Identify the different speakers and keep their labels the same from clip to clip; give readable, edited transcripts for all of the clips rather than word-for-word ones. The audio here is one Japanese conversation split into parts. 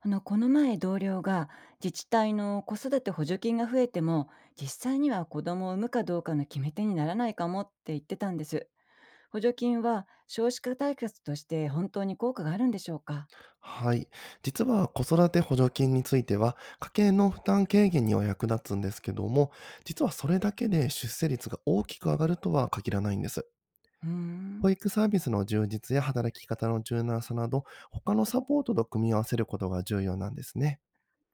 Speaker 1: この前同僚が自治体の子育て補助金が増えても実際には子供を産むかどうかの決め手にならないかもって言ってたんです。補助金は少子化対策として本当に効果があるんでしょうか？
Speaker 2: はい。実は子育て補助金については、家計の負担軽減には役立つんですけども、実はそれだけで出生率が大きく上がるとは限らないんです。
Speaker 1: うー
Speaker 2: 保
Speaker 1: ん。
Speaker 2: 育サービスの充実や働き方の柔軟さなど、他のサポートと組み合わせることが重要なんですね。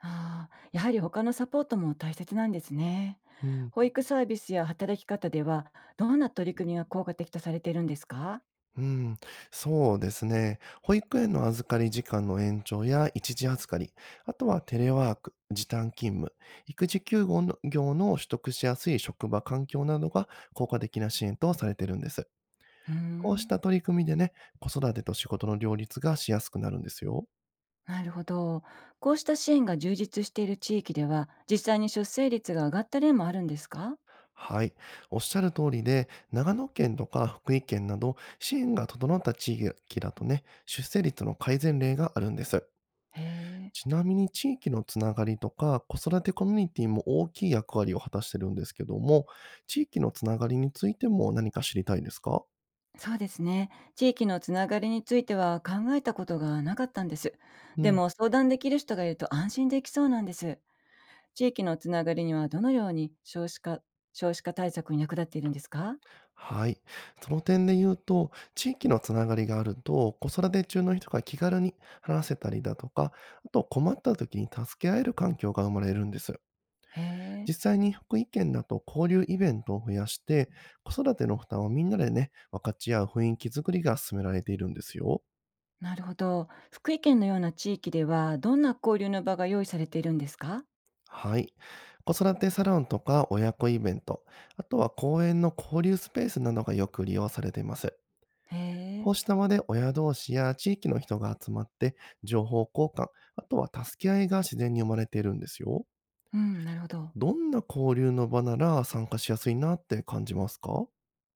Speaker 1: ああ、やはり他のサポートも大切なんですね。
Speaker 2: うん。
Speaker 1: 保育サービスや働き方ではどんな取り組みが効果的とされているんですか？
Speaker 2: うん、そうですね。保育園の預かり時間の延長や一時預かり、あとはテレワーク、時短勤務、育児休業の取得しやすい職場環境などが効果的な支援とされているんです。
Speaker 1: うー
Speaker 2: こうし
Speaker 1: ん。
Speaker 2: た取り組みでね、子育てと仕事の両立がしやすくなるんですよ。
Speaker 1: なるほど。こうした支援が充実している地域では実際に出生率が上がった例もあるんですか？
Speaker 2: はい。おっしゃる通りで、長野県とか福井県など支援が整った地域だとね、出生率の改善例があるんです。
Speaker 1: へえ、
Speaker 2: ちなみに地域のつながりとか、子育てコミュニティも大きい役割を果たしてるんですけども、地域のつながりについても何か知りたいですか？
Speaker 1: そうですね。地域のつながりについては考えたことがなかったんです。
Speaker 2: う
Speaker 1: で
Speaker 2: ん。
Speaker 1: も相談できる人がいると安心できそうなんです。地域のつながりにはどのように少子化、少子化対策に役立っているんですか？
Speaker 2: はい。その点で言うと、地域のつながりがあると、子育て中の人が気軽に話せたりだとか、あと困った時に助け合える環境が生まれるんですよ。
Speaker 1: へえ、
Speaker 2: 実際に福井県だと交流イベントを増やして、子育ての負担をみんなでね、分かち合う雰囲気づくりが進められているんですよ。
Speaker 1: なるほど。福井県のような地域ではどんな交流の場が用意されているんですか？
Speaker 2: はい。子育てサロンとか親子イベント、あとは公園の交流スペースなどがよく利用されています。
Speaker 1: へ
Speaker 2: こ
Speaker 1: え、
Speaker 2: うした場で親同士や地域の人が集まって、情報交換、あとは助け合いが自然に生まれているんですよ。
Speaker 1: うん、なるほど。
Speaker 2: どんな交流の場なら参加しやすいなって感じますか？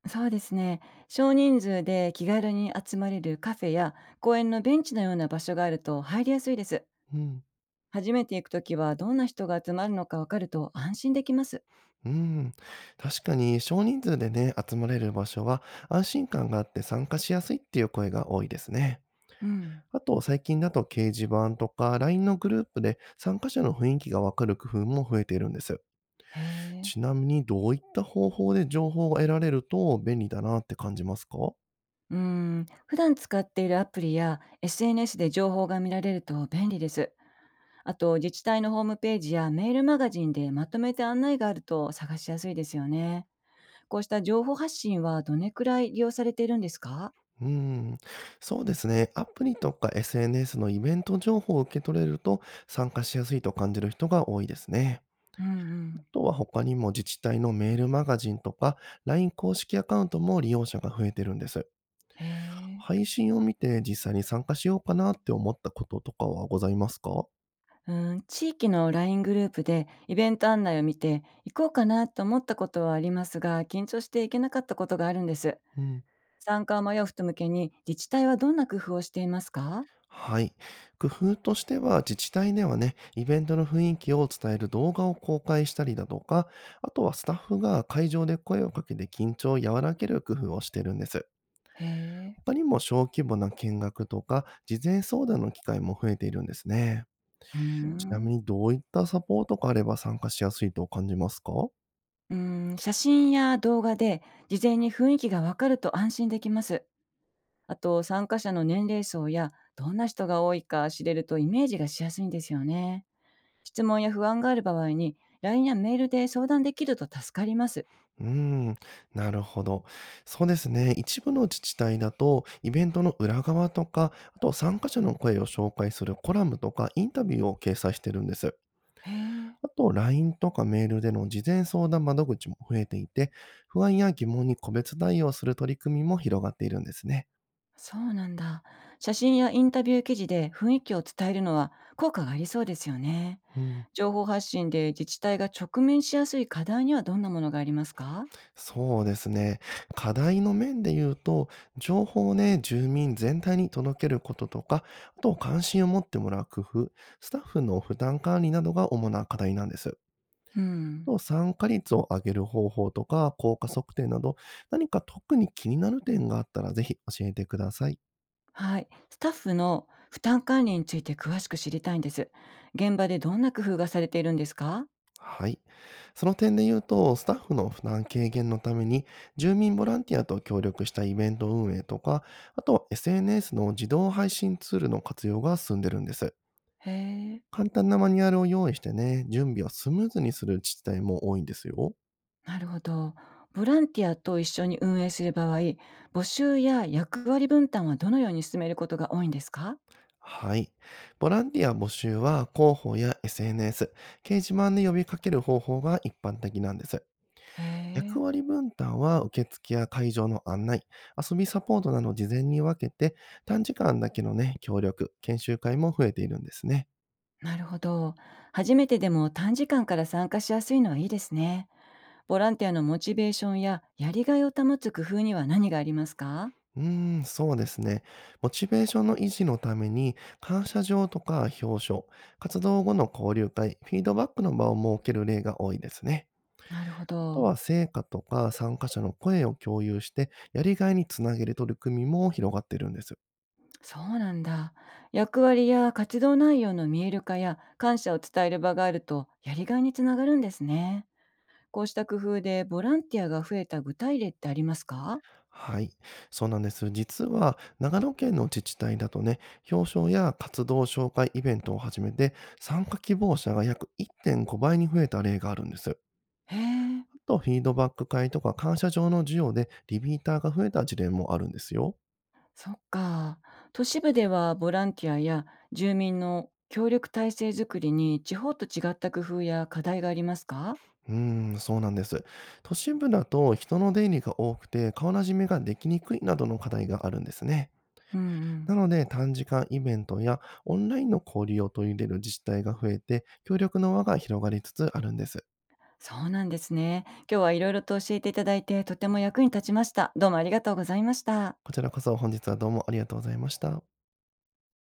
Speaker 1: そうですね。少人数で気軽に集まれるカフェや公園のベンチのような場所があると入りやすいです。
Speaker 2: うん。
Speaker 1: 初めて行くときはどんな人が集まるのかわかると安心できます。
Speaker 2: うん。確かに少人数でね、集まれる場所は安心感があって参加しやすいっていう声が多いですね。
Speaker 1: うん。
Speaker 2: あと、最近だと掲示板とか LINE のグループで参加者の雰囲気がわかる工夫も増えているんです。
Speaker 1: へえ。
Speaker 2: ちなみに、どういった方法で情報が得られると便利だなって感じますか？う
Speaker 1: うん。普段使っているアプリや SNS で情報が見られると便利です。あと、自治体のホームページやメールマガジンでまとめて案内があると探しやすいですよね。こうした情報発信はどれくらい利用されているんですか？
Speaker 2: ーん、そうですね。アプリとか SNS のイベント情報を受け取れると参加しやすいと感じる人が多いですね。
Speaker 1: うんう
Speaker 2: あ
Speaker 1: ん。
Speaker 2: とは他にも自治体のメールマガジンとか LINE 公式アカウントも利用者が増えてるんです。
Speaker 1: へえ。
Speaker 2: 配信を見て実際に参加しようかなって思ったこととかはございますか？
Speaker 1: うん、地域の LINE グループでイベント案内を見て行こうかなと思ったことはありますが緊張して行けなかったことがあるんです。
Speaker 2: うん、
Speaker 1: 参加を迷う人向けに、自治体はどんな工夫をしていますか？
Speaker 2: はい。工夫としては、自治体ではね、イベントの雰囲気を伝える動画を公開したりだとか、あとはスタッフが会場で声をかけて緊張を和らげる工夫をしてるんです。
Speaker 1: へえ、
Speaker 2: 他にも小規模な見学とか、事前相談の機会も増えているんですね。
Speaker 1: ーうー
Speaker 2: ちな
Speaker 1: ん。
Speaker 2: みにどういったサポートがあれば参加しやすいと感じますか？
Speaker 1: うーん、写真や動画で事前に雰囲気がわかると安心できます。あと、参加者の年齢層やどんな人が多いか知れるとイメージがしやすいんですよね。質問や不安がある場合に、LINE やメールで相談できると助かります。
Speaker 2: うーん、なるほど。そうですね。一部の自治体だと、イベントの裏側とか、あと参加者の声を紹介するコラムとか、インタビューを掲載してるんです。
Speaker 1: へえ、
Speaker 2: あと、LINE とかメールでの事前相談窓口も増えていて、不安や疑問に個別対応する取り組みも広がっているんですね。
Speaker 1: そうなんだ。写真やインタビュー記事で雰囲気を伝えるのは効果がありそうですよね。
Speaker 2: うん、
Speaker 1: 情報発信で自治体が直面しやすい課題にはどんなものがありますか？
Speaker 2: そうですね。課題の面で言うと、情報をね、住民全体に届けることとか、あと関心を持ってもらう工夫、スタッフの負担管理などが主な課題なんです。
Speaker 1: うん。
Speaker 2: と参加率を上げる方法とか、効果測定など、何か特に気になる点があったらぜひ教えてください。
Speaker 1: はい。スタッフの負担管理について詳しく知りたいんです。現場でどんな工夫がされているんですか？
Speaker 2: はい。その点で言うと、スタッフの負担軽減のために、住民ボランティアと協力したイベント運営とか、あとは SNS の自動配信ツールの活用が進んでるんです。
Speaker 1: へえ。
Speaker 2: 簡単なマニュアルを用意してね、準備をスムーズにする自治体も多いんですよ。
Speaker 1: なるほど。ボランティアと一緒に運営する場合、募集や役割分担はどのように進めることが多いんですか？
Speaker 2: はい。ボランティア募集は広報や SNS、掲示板で呼びかける方法が一般的なんです。
Speaker 1: へ
Speaker 2: 役
Speaker 1: え。
Speaker 2: 割分担は受付や会場の案内、遊びサポートなどを事前に分けて、短時間だけのね、協力、研修会も増えているんですね。
Speaker 1: なるほど。初めてでも短時間から参加しやすいのはいいですね。ボランティアのモチベーションややりがいを保つ工夫には何がありますか？
Speaker 2: うーん、そうですね。モチベーションの維持のために、感謝状とか表彰、活動後の交流会、フィードバックの場を設ける例が多いですね。
Speaker 1: なるほ
Speaker 2: あと
Speaker 1: ど。
Speaker 2: は成果とか参加者の声を共有して、やりがいにつなげる取り組みも広がってるんです。
Speaker 1: そうなんだ。役割や活動内容の見える化や感謝を伝える場があるとやりがいにつながるんですね。こうした工夫でボランティアが増えた具体例ってありますか？
Speaker 2: はい、そうなんです。実は、長野県の自治体だとね、表彰や活動紹介イベントを始めて、参加希望者が約1.5倍に増えた例があるんです。あ
Speaker 1: へえ、
Speaker 2: と、フィードバック会とか感謝状の授与でリピーターが増えた事例もあるんですよ。
Speaker 1: そっか。都市部ではボランティアや住民の協力体制づくりに地方と違った工夫や課題がありますか？
Speaker 2: うーん、そうなんです。都心部だと人の出入りが多くて顔なじみができにくいなどの課題があるんですね。
Speaker 1: うんう
Speaker 2: な
Speaker 1: ん。
Speaker 2: ので短時間イベントやオンラインの交流を取り入れる自治体が増えて協力の輪が広がりつつあるんです。
Speaker 1: そうなんですね。今日はいろいろと教えていただいて、とても役に立ちました。どうもありがとうございました。
Speaker 2: こちらこそ本日はどうもありがとうございました。